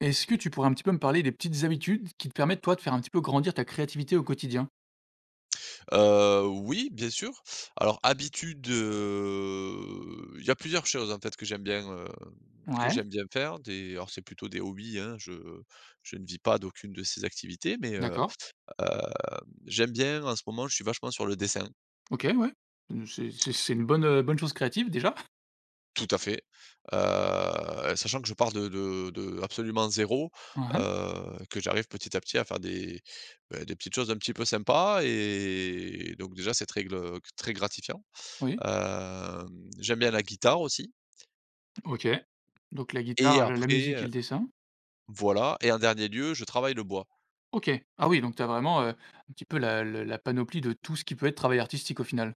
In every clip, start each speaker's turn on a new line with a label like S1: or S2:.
S1: Est-ce que tu pourrais un petit peu me parler des petites habitudes qui te permettent, toi, de faire un petit peu grandir ta créativité au quotidien?
S2: Oui, bien sûr. Alors habitude, il y a plusieurs choses en fait que j'aime bien, heu, que
S1: Ouais,
S2: j'aime bien faire. Des alors c'est plutôt des hobbies, hein. Je ne vis pas d'aucune de ces activités, mais,
S1: d'accord.
S2: j'aime bien en ce moment, je suis vachement sur le dessin.
S1: OK, ouais. Mmh, c'est une bonne chose créative déjà.
S2: Tout à fait. Sachant que je pars de absolument zéro,
S1: Hein, hein.
S2: que j'arrive petit à petit à faire des petites choses un petit peu sympas, et donc déjà c'est très gle très gratifiant.
S1: Oui.
S2: J'aime bien la guitare aussi.
S1: OK. Donc la
S2: Et
S1: guitare, la
S2: après,
S1: musique et le dessin.
S2: voilà, et en dernier lieu, je travaille le bois.
S1: OK. Ah oui, donc tu as vraiment, un petit peu la panoplie de tout ce qui peut être travail artistique au final.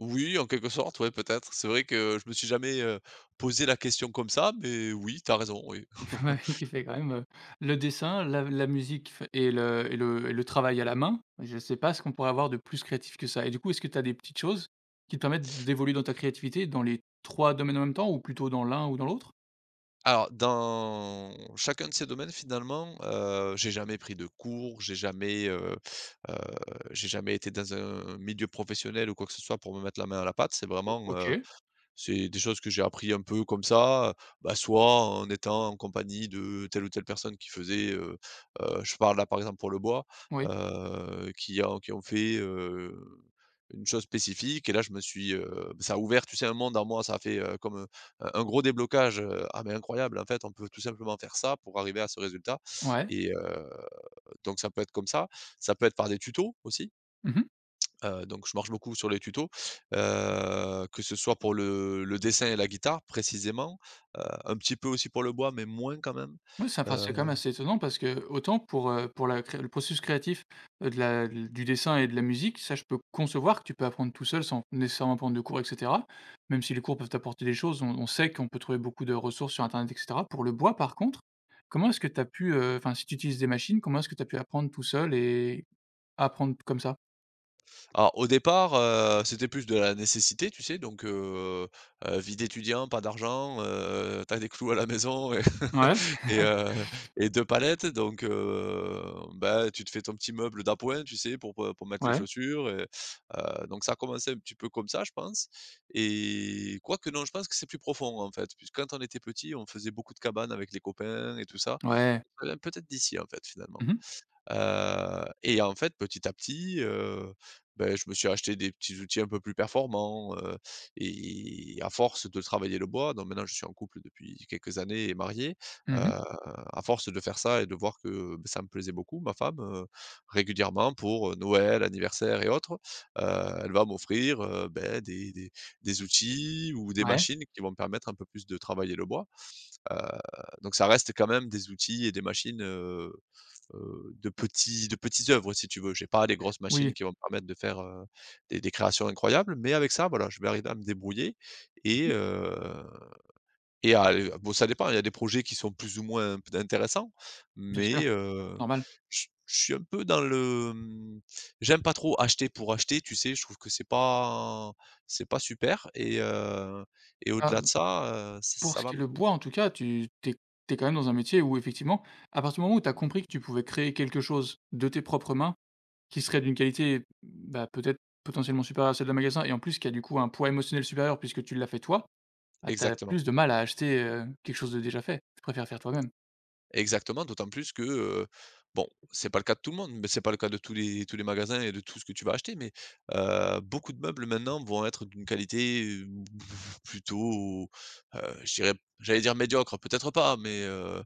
S2: Oui, en quelque sorte, ouais, peut-être. C'est vrai que je me suis jamais, posé la question comme ça, mais oui, t'as raison, oui.
S1: Ouais, tu fais quand même, le dessin, la musique f et le et le et le travail à la main. Je ne sais pas ce qu'on pourrait avoir de plus créatif que ça et du coup, est-ce que tu as des petites choses qui te permettent d'évoluer dans ta créativité dans les 3 domaines en même temps ou plutôt dans l'un ou dans l'autre?
S2: Alors dans chacun de ces domaines finalement, j'ai jamais pris de cours. J'ai heu, jamais été dans un milieu professionnel ou quoi que ce soit pour me mettre la main à la pâte.
S1: O OK,
S2: C'est des choses que j'ai appris un peu comme ça, bah, soit en étant en compagnie de telle ou telle personne qui faisait, je parle là, par exemple, pour le bois,
S1: oui,
S2: qui en qui ont fait, une chose spécifique. Et là, je me suis, ça a ouvert, tu sais, un monde en moi. Ça a fait, comme, un gros déblocage: «Ah mais incroyable, en fait, on peut tout simplement faire ça pour arriver à ce résultat».
S1: ouais.
S2: Et heu, donc ça peut être comme ça. Ça peut être par des tutos aussi.
S1: Mmh.
S2: Donc je marche beaucoup sur les tutos, que ce soit pour le dessin et la guitare précisément, un petit peu aussi pour le bois, mais moins quand même.
S1: Oui, c'est enfin, c'est quand
S2: Heu,
S1: même assez étonnant parce que autant pour la cré le processus créatif, de la du dessin et de la musique, ça je peux concevoir que tu peux apprendre tout seul sans nécessairement prendre de cours et cetera. Même si les cours peuvent t'apporter des choses, on sait qu'on peut trouver beaucoup de ressources sur internet et cetera. Pour le bois par contre, comment est-ce que tu as pu, enfin si tu utilises des machines, comment est-ce que tu as pu apprendre tout seul et apprendre comme ça?
S2: alors au départ, c'était plus de la nécessité, tu sais? Donc vie d'étudiant, pas d'argent, tu des clous à la maison
S1: Ouais,
S2: et heu et 2 palettes. Donc bah, tu te fais ton petit meuble d'appoint, tu sais, pour mettre les
S1: ouais,
S2: chaussures. Donc ça a commencé un petit peu comme ça, je pense. Et quoique non, je pense que c'est plus profond, en fait, puisque quand on était petit, on faisait beaucoup de cabanes avec les copains et tout ça.
S1: ouais.
S2: Ça vient peut-être d'ici, en fait, finalement.
S1: Mmh, mh.
S2: En fait, petit à petit, beh, je me suis acheté des petits outils un peu plus performants. À force de travailler le bois, donc maintenant je suis en couple depuis quelques années et marié. heu,
S1: Mmh.
S2: à force de faire ça et de voir que, beh, ça me plaisait beaucoup, ma femme, régulièrement pour, Noël, anniversaire et autres, elle va m'offrir, beh, des outils ou des
S1: Ouais.
S2: machines qui vont me permettre un peu plus de travailler le bois. Heu, donc ça reste quand même des outils et des machines, euh, de petits de petites œuvres si tu veux. J'ai pas des grosses machines
S1: Oui.
S2: qui vont me permettre de faire, des créations incroyables, mais avec ça, voilà, je vais arriver à me débrouiller et
S1: Mmh.
S2: heu et à aller. Bon, ça dépend, il y a des projets qui sont plus ou moins p intéressants,
S1: Bien sûr,
S2: mais
S1: normal.
S2: je je suis un peu dans le, j'aime pas trop acheter pour acheter, tu sais? Je trouve que c'est pas super. Et
S1: Ah.
S2: au-delà de ça, ç
S1: Pour
S2: ça
S1: ce
S2: va
S1: qui est
S2: me.
S1: le bois, en tout cas, tu es quand même dans un métier où effectivement, à partir du moment où tu as compris que tu pouvais créer quelque chose de tes propres mains, qui serait d'une qualité, bah, peut-être potentiellement supérieure à celle d'un magasin et en plus qui a du coup un poids émotionnel supérieur puisque tu l'as fait toi, bah, tu as
S2: Exactement.
S1: plus de mal à acheter, quelque chose de déjà fait. Tu préfères faire toi-même.
S2: Exactement, d'autant plus que, bon, c'est pas le cas de tout le monde, mais c'est pas le cas de tous les magasins et de tout ce que tu vas acheter. Mais, beaucoup de meubles maintenant vont être d'une qualité, plutôt, je dirais j'allais dire médiocre, peut-être pas. Mais,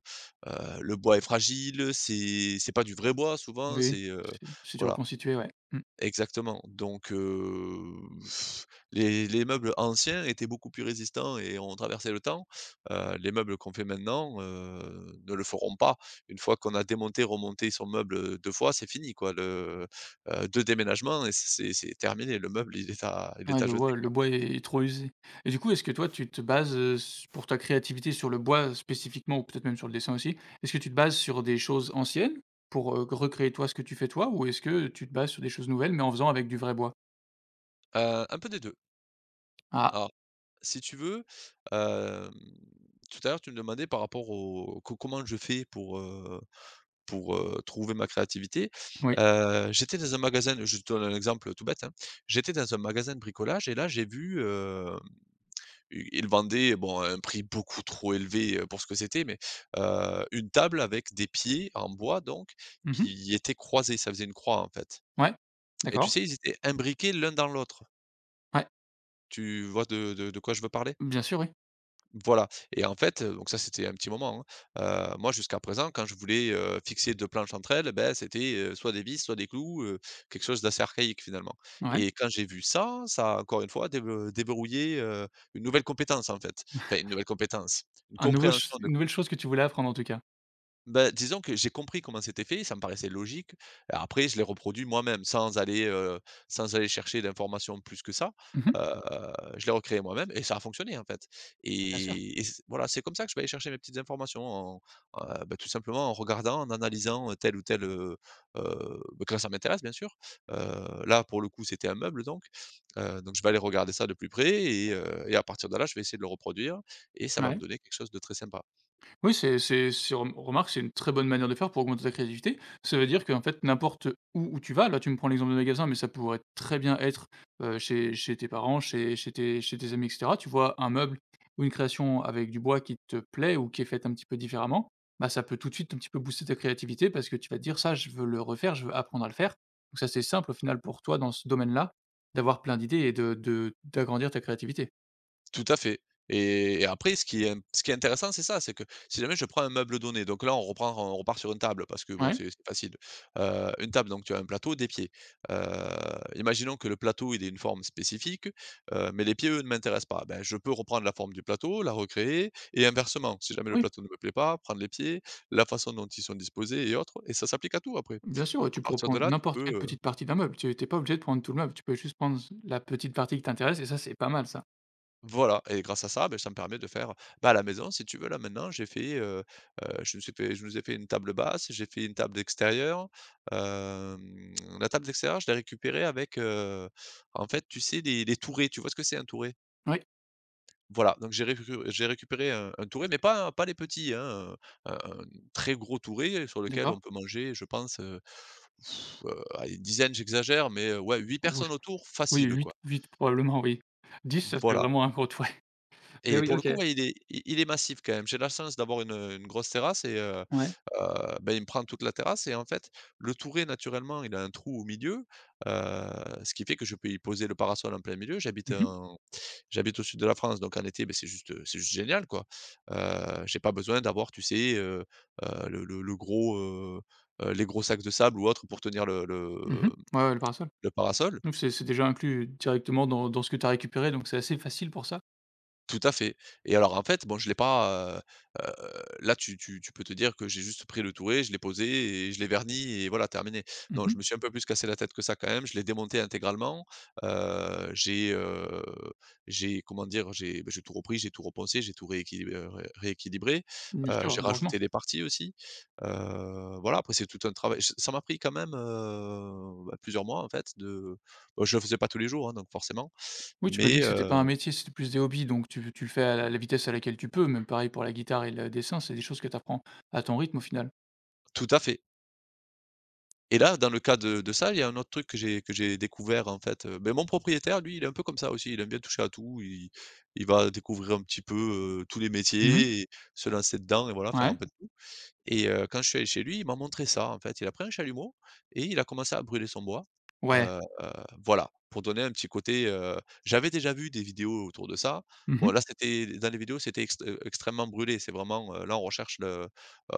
S2: heu, le bois est fragile, c'est pas du vrai bois souvent,
S1: Oui,
S2: c'est,
S1: c'est du
S2: voilà.
S1: reconstitué, ouais. Mmh.
S2: Exactement, donc les meubles anciens étaient beaucoup plus résistants et ont traversé le temps. Les meubles qu'on fait maintenant, ne le feront pas. Une fois qu'on a démonté, remonté son meuble, deux fois, c'est fini quoi. 2 déménagements et c'est terminé. Le meuble, il est à il
S1: Ouais,
S2: est à
S1: le
S2: jeter
S1: bois le
S2: quoi.
S1: bois est trop usé. Et du coup, est-ce que toi, tu te bases, s pour ta créativité sur le bois spécifiquement ou peut-être même sur le dessin aussi? Est-ce que tu te bases sur des choses anciennes pour, recréer toi ce que tu fais toi? Ou est-ce que tu te bases sur des choses nouvelles mais en faisant avec du vrai bois?
S2: Un peu des 2.
S1: Ah,
S2: Alors, si tu veux, hem, tout à l'heure, tu me demandais par rapport au co comment je fais pour, trouver ma créativité.
S1: oui.
S2: J'étais dans un magasin, je te donne un exemple tout bête, hein. J'étais dans un magasin de bricolage et là j'ai vu, i ils vendaient, bon, à un prix beaucoup trop élevé, pour ce que c'était, mais, une table avec des pieds en bois, donc,
S1: Mmh.
S2: qui étaient croisés, ça faisait une croix en fait.
S1: Ouais.
S2: Et tu
S1: D'accord.
S2: sais, ils étaient imbriqués l'un dans l'autre.
S1: Ouais.
S2: Tu vois de quoi je veux parler?
S1: Bien sûr, oui.
S2: Voilà. Et en fait, donc ça c'était un petit moment, hein. Moi jusqu'à présent quand je voulais, fixer 2 planches entre elles, ben c'était, soit des vis, soit des clous, quelque chose d'assez archaïque finalement.
S1: Ouais.
S2: Et quand j'ai vu ça, ça a encore une fois débe déverrouillé, une nouvelle compétence en fait. Enfin une nouvelle compétence, une
S1: Un nouveau
S2: compréhension.
S1: ch une nouvelle chose que tu voulais apprendre en tout cas.
S2: Bah, disons que j'ai compris comment c'était fait, ça me paraissait logique. Après, je l'ai reproduit moi-même sans aller chercher d'informations plus que ça.
S1: Mmh.
S2: Heu, je l'ai recréé moi-même et ça a fonctionné, en fait.
S1: Bien sûr.
S2: Et et c voilà, c'est comme ça que je vais aller chercher mes petites informations en, bah, tout simplement en regardant, en analysant, tel ou tel, bah, quand ça m'intéresse, bien sûr. Là, pour le coup, c'était un meuble, donc je vais aller regarder ça de plus près et à partir de là, je vais essayer de le reproduire et ça va me
S1: Ouais.
S2: donner quelque chose de très sympa.
S1: Oui, c'est remarque, c'est une très bonne manière de faire pour augmenter ta créativité. Ça veut dire qu'en fait, n'importe où tu vas, là, tu me prends l'exemple de magasin, mais ça pourrait très bien être, chez tes parents, chez tes amis et cetera. Tu vois un meuble ou une création avec du bois qui te plaît ou qui est faite un petit peu différemment, bah, ça peut tout de suite un petit peu booster ta créativité parce que tu vas te dire: «Ça, je veux le refaire, je veux apprendre à le faire». Donc ça, c'est simple au final pour toi dans ce domaine-là, d'avoir plein d'idées et de d'agrandir ta créativité.
S2: Tout à fait. Et après ce qui est intéressant, c'est ça, c'est que si jamais je prends un meuble donné, donc là on repart sur une table parce que bon
S1: Ouais,
S2: c'est facile. Une table, donc tu as un plateau, des pieds. Heu, imaginons que le plateau il ait une forme spécifique, mais les pieds, eux, ne m'intéressent pas. Ben, je peux reprendre la forme du plateau, la recréer et inversement. Si jamais le
S1: oui.
S2: plateau ne me plaît pas, prendre les pieds, la façon dont ils sont disposés et autres, et ça s'applique à tout après.
S1: Bien sûr, ouais,
S2: Donc à
S1: tu pourrais
S2: partir de
S1: prendre
S2: là, tu
S1: n'importe quelle
S2: peux.
S1: petite partie d'un meuble. Tu pas obligé de prendre tout le meuble, tu peux juste prendre la petite partie qui t'intéresse et ça, c'est pas mal ça.
S2: Voilà, et grâce à ça, beh, ça me permet de faire, bah, à la maison, si tu veux, là, maintenant, j'ai fait, je nous ai fait une table basse, j'ai fait une table d'extérieur. Hem, la table d'extérieur, je l'ai récupérée avec, en fait, tu sais, les tourets. Tu vois ce que c'est un touret?
S1: Oui,
S2: Voilà. Donc j'ai récupéré un touret, mais pas les petits, hein, un un très gros touret sur lequel on
S1: d'accord.
S2: peut manger, je pense, allez, une dizaine, j'exagère, mais ouais, 8
S1: Oh. Oui,
S2: personnes autour,
S1: oui,
S2: facile, quoi.
S1: 8-8 probablement, oui. 10, ça fait
S2: Voilà.
S1: vraiment un gros t. Mais
S2: Et
S1: oui,
S2: pour le
S1: OK.
S2: coup, ouais, il est massif quand même. J'ai la chance d'avoir une grosse terrasse. et heu heu,
S1: Ouais.
S2: bah, il me prend toute la terrasse et en fait, le touret naturellement, il a un trou au milieu, heu, ce qui fait que je peux y poser le parasol en plein milieu.
S1: Mmh, mh.
S2: J'habite au sud de la France, donc en été, beh, c'est juste génial quoi. J'ai pas besoin d'avoir, tu sais, heu, le le le gros, heu les gros sacs de sable ou autre pour tenir le le
S1: Mmh. Ouais, ouais, le parasol.
S2: le parasol.
S1: Donc c'est déjà inclus directement dans dans ce que tu as récupéré, donc c'est assez facile pour ça.
S2: Tout à fait. Et alors en fait, bon je l'ai pas, heu heu, là tu peux te dire que j'ai juste pris le Touré, je l'ai posé et je l'ai verni et voilà, terminé. Non, je
S1: Mmh.
S2: me suis un peu plus cassé la tête que ça quand même, je l'ai démonté intégralement, heu, j'ai, heu, j'ai, comment dire? J'ai, beh, j'ai tout repris, j'ai tout repensé, j'ai tout rééquilibré,
S1: Bien
S2: heu,
S1: sûr,
S2: j'ai
S1: heureusement.
S2: rajouté des parties aussi. Voilà, après c'est tout un travail. Ç Ça m'a pris quand même, bah, plusieurs mois en fait de, bah, je le faisais pas tous les jours, hein, donc forcément.
S1: Oui, tu m'as dit
S2: mais
S1: que c'était pas un
S2: heu
S1: métier, c'était plus des hobbies, donc tu le fais à la vitesse à laquelle tu peux, même pareil pour la guitare et le dessin, c'est des choses que tu apprends à ton rythme au final.
S2: tout à fait. Et là, dans le cas de ça, il y a un autre truc que j'ai découvert en fait, mon propriétaire lui, il est un peu comme ça aussi, il aime bien toucher à tout, il va découvrir un petit peu, tous les
S1: Mmh.
S2: métiers et se lancer dedans et voilà, faire un
S1: Ouais.
S2: peu de. Quand je suis allé chez lui, il m'a montré ça, en fait. Il a pris un chalumeau et il a commencé à brûler son bois,
S1: Ouais.
S2: heu, euh, voilà, pour donner un petit côté, j'avais déjà vu des vidéos autour de ça.
S1: Mmh.
S2: Bon, là, c'était dans les vidéos, c'était extrêmement brûlé. C'est vraiment, là, on recherche le,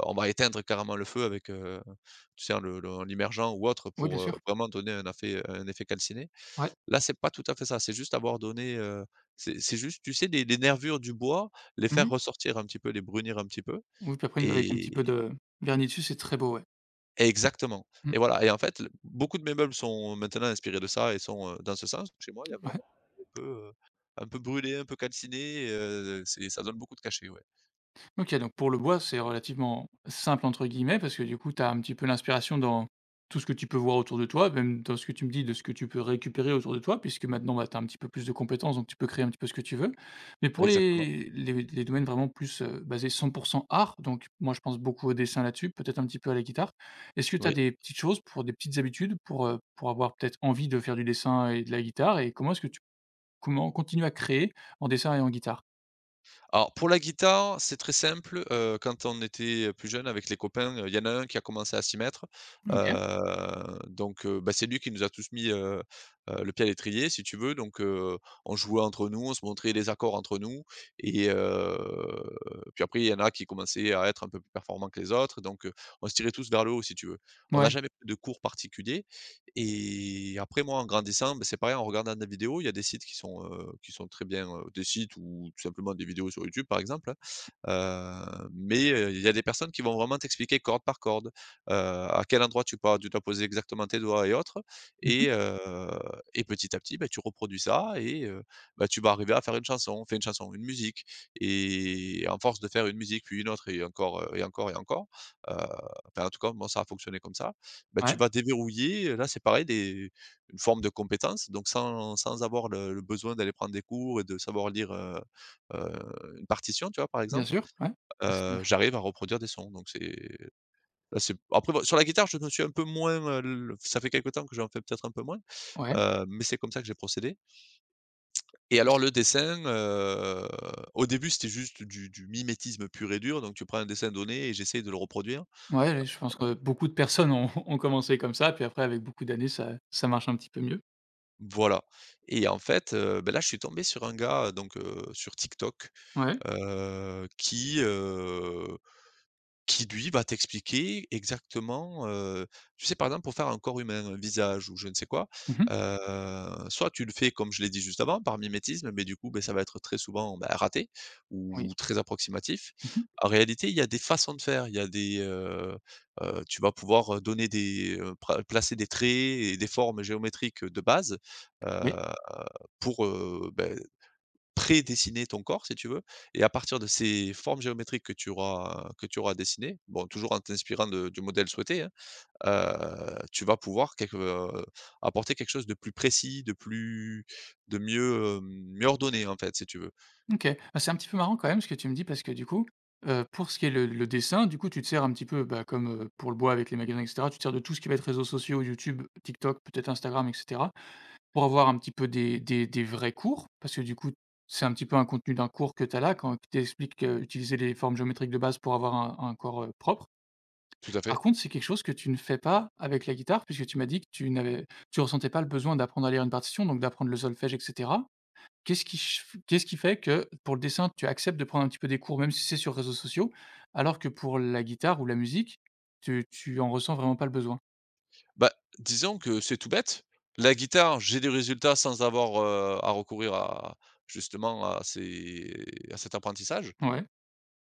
S2: on va éteindre carrément le feu avec, tu sais, en le en l'immergeant ou autre
S1: Oui, bien
S2: pour,
S1: sûr.
S2: vraiment donner un effet calciné.
S1: Ouais.
S2: Là, c'est pas tout à fait ça, c'est juste avoir donné, c'est juste, tu sais, les nervures du bois, les faire
S1: Oui.
S2: ressortir un petit peu, les brunir un petit peu
S1: Oui, puis après, avec un petit peu
S2: et
S1: de vernis dessus, c'est très beau, ouais.
S2: exactement
S1: Mmh,
S2: et voilà et en fait, l beaucoup de mes meubles sont maintenant inspirés de ça et sont, dans ce sens. Chez moi, il y a
S1: ouais.
S2: vraiment un peu, heu, un peu brûlé, un peu calciné, c'est ça donne beaucoup de cachet, ouais.
S1: OK, donc pour le bois, c'est relativement «simple» entre guillemets parce que du coup, tu as un petit peu l'inspiration dans tout ce que tu peux voir autour de toi, même dans ce que tu me dis de ce que tu peux récupérer autour de toi puisque maintenant, bah, tu as un petit peu plus de compétences, donc tu peux créer un petit peu ce que tu veux. Mais pour
S2: Exactement,
S1: les domaines vraiment plus, basés 100 art, donc moi, je pense beaucoup au dessin là-dessus, peut-être un petit peu à la guitare. Est-ce que tu as
S2: oui.
S1: des petites choses pour des petites habitudes pour avoir peut-être envie de faire du dessin et de la guitare et comment est-ce que tu Comment continuer à créer en dessin et en guitare.
S2: Alors pour la guitare, c'est très simple, quand on était plus jeunes avec les copains, il y en a un qui a commencé à s'y mettre,
S1: OK.
S2: bah, c'est lui qui nous a tous mis, le pied à l'étrier si tu veux, donc on jouait entre nous, on se montrait les accords entre nous et puis après il y en a qui commençaient à être un peu plus performants que les autres, donc on se tirait tous vers le haut si tu veux. On n'a
S1: Ouais.
S2: jamais pris de cours particuliers, et après moi, en grandissant, beh, c'est pareil, en regardant des vidéos, il y a des sites qui sont très bien, des sites ou tout simplement des vidéos sur YouTube, par exemple, hein. Mais il y a des personnes qui vont vraiment t'expliquer corde par corde, à quel endroit tu pas tu dois poser exactement tes doigts et autres
S1: Mmh,
S2: et
S1: mh.
S2: heu et petit à petit, bah, tu reproduis ça et bah, tu vas arriver à faire une chanson, enfin une chanson, une musique et en force de faire une musique, puis une autre et encore, et encore et encore, enfin en tout cas moi ça a fonctionné comme ça. Bah, tu
S1: Ouais,
S2: vas déverrouiller, là, c'est pareil, des une forme de compétence, donc sans avoir le besoin d'aller prendre des cours et de savoir lire, une partition, tu vois, par
S1: bien
S2: exemple,
S1: sûr, ouais. Parce que
S2: j'arrive à reproduire des sons, donc c'est là, c'est après bon, sur la guitare, je me suis un peu moins, l ça fait quelque temps que j'en fais peut-être un peu moins,
S1: Ouais,
S2: mais c'est comme ça que j'ai procédé et alors le dessin, au début, c'était juste du mimétisme pur et dur, donc tu prends un dessin donné et j'essaye de le reproduire.
S1: ouais, je pense que beaucoup de personnes ont ont commencé comme ça, puis après avec beaucoup d'années, ça marche un petit peu mieux.
S2: Voilà et en fait, là, je suis tombé sur un gars, sur TikTok,
S1: Ouais.
S2: heu, qui, qui lui va t'expliquer exactement, tu sais, par exemple, pour faire un corps humain, un visage ou je ne sais quoi,
S1: Mmh, mh.
S2: soit tu le fais comme je l'ai dit juste avant, par mimétisme, mais du coup, beh, ça va être très souvent, bah, raté
S1: Oui.
S2: ou très approximatif.
S1: Mmh, mh.
S2: En réalité, il y a des façons de faire, il y a des, tu vas pouvoir donner des, pra placer des traits et des formes géométriques de base,
S1: Oui.
S2: heu, pour, prédessiner ton corps si tu veux et à partir de ces formes géométriques que tu auras dessinées, bon toujours en t'inspirant de du modèle souhaité, hein, tu vas pouvoir quelque apporter quelque chose de plus précis, de plus de mieux, mieux ordonné en fait si tu veux.
S1: OK. Bah, c'est un petit peu marrant quand même ce que tu me dis parce que du coup, pour ce qui est le dessin, du coup, tu te sers un petit peu, bah, comme, pour le bois avec les magasins et cetera, tu te sers de tout ce qui va être réseaux sociaux, YouTube, TikTok, peut-être Instagram et cetera. Pour avoir un petit peu des vrais cours, parce que du coup, c'est un petit peu un contenu d'un cours que tu as là, quand qui t'explique, utiliser les formes géométriques de base pour avoir un corps, propre.
S2: Tout à fait.
S1: Par contre, c'est quelque chose que tu ne fais pas avec la guitare, puisque tu m'as dit que tu ressentais pas le besoin d'apprendre à lire une partition, donc d'apprendre le solfège et cetera. Qu'est-ce qui ch qu'est-ce qui fait que pour le dessin, tu acceptes de prendre un petit peu des cours, même si c'est sur réseaux sociaux, alors que pour la guitare ou la musique, tu en ressens vraiment pas le besoin?
S2: Bah, disons que c'est tout bête. La guitare, j'ai des résultats sans avoir, à recourir à justement à ces à cet apprentissage
S1: Ouais,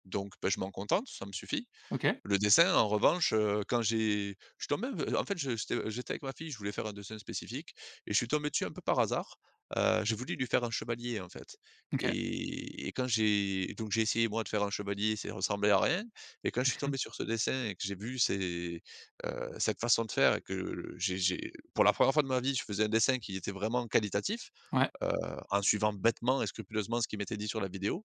S2: donc, bah, je m'en contente, ça me suffit.
S1: OK,
S2: Le dessin, en revanche, quand j'ai je suis tombé un peu en fait, je j'étais avec ma fille, je voulais faire un dessin spécifique et je suis tombé dessus un peu par hasard. J'ai voulu lui faire un chevalier, en fait
S1: OK.
S2: et quand j'ai donc j'ai essayé moi de faire un chevalier, ça ressemblait à rien et quand je suis tombé sur ce dessin et que j'ai vu ces, cette façon de faire et que j'ai pour la première fois de ma vie, je faisais un dessin qui était vraiment qualitatif,
S1: Ouais.
S2: heu, en suivant bêtement et scrupuleusement ce qui m'était dit sur la vidéo.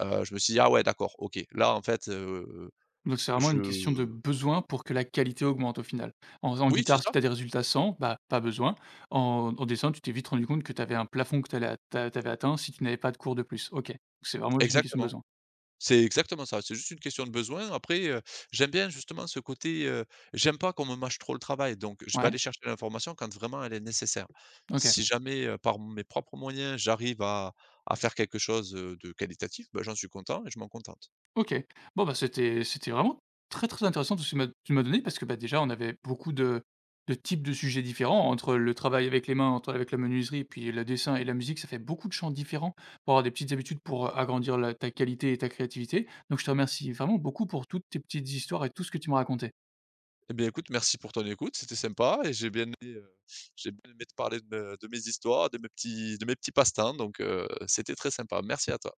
S2: Je me suis dit : « Ah ouais, d'accord, OK, là, en fait,
S1: Donc c'est vraiment
S2: je. »
S1: une question de besoin pour que la qualité augmente au final. En
S2: Oui, c'est
S1: guitare, si
S2: ça,
S1: tu as des résultats 100, bah, pas besoin. En dessin, tu t'es vite rendu compte que tu avais un plafond que tu avais atteint si tu n'avais pas de cours de plus. OK. Donc c'est vraiment juste une question de
S2: exactement.
S1: besoin.
S2: C'est exactement ça, c'est juste une question de besoin. Après, j'aime bien justement ce côté, j'aime pas qu'on me mâche trop le travail, donc je vais
S1: Ouais,
S2: aller chercher l'information quand vraiment elle est nécessaire.
S1: OK.
S2: Si jamais, par mes propres moyens, j'arrive à faire quelque chose, de qualitatif, ben, j'en suis content et je m'en contente.
S1: OK. Bon, bah, c'était vraiment très, très intéressant tout ce que tu m'as donné parce que, bah, déjà, on avait beaucoup de types de sujets différents entre le travail avec les mains, entre avec la menuiserie, et puis le dessin et la musique, ça fait beaucoup de champs différents pour avoir des petites habitudes pour, agrandir la ta qualité et ta créativité. Donc je te remercie vraiment beaucoup pour toutes tes petites histoires et tout ce que tu m'as raconté.
S2: Eh bien écoute, merci pour ton écoute, c'était sympa et j'ai bien aimé te parler de mes histoires, de mes petits passe-temps, donc c'était très sympa. Merci à toi.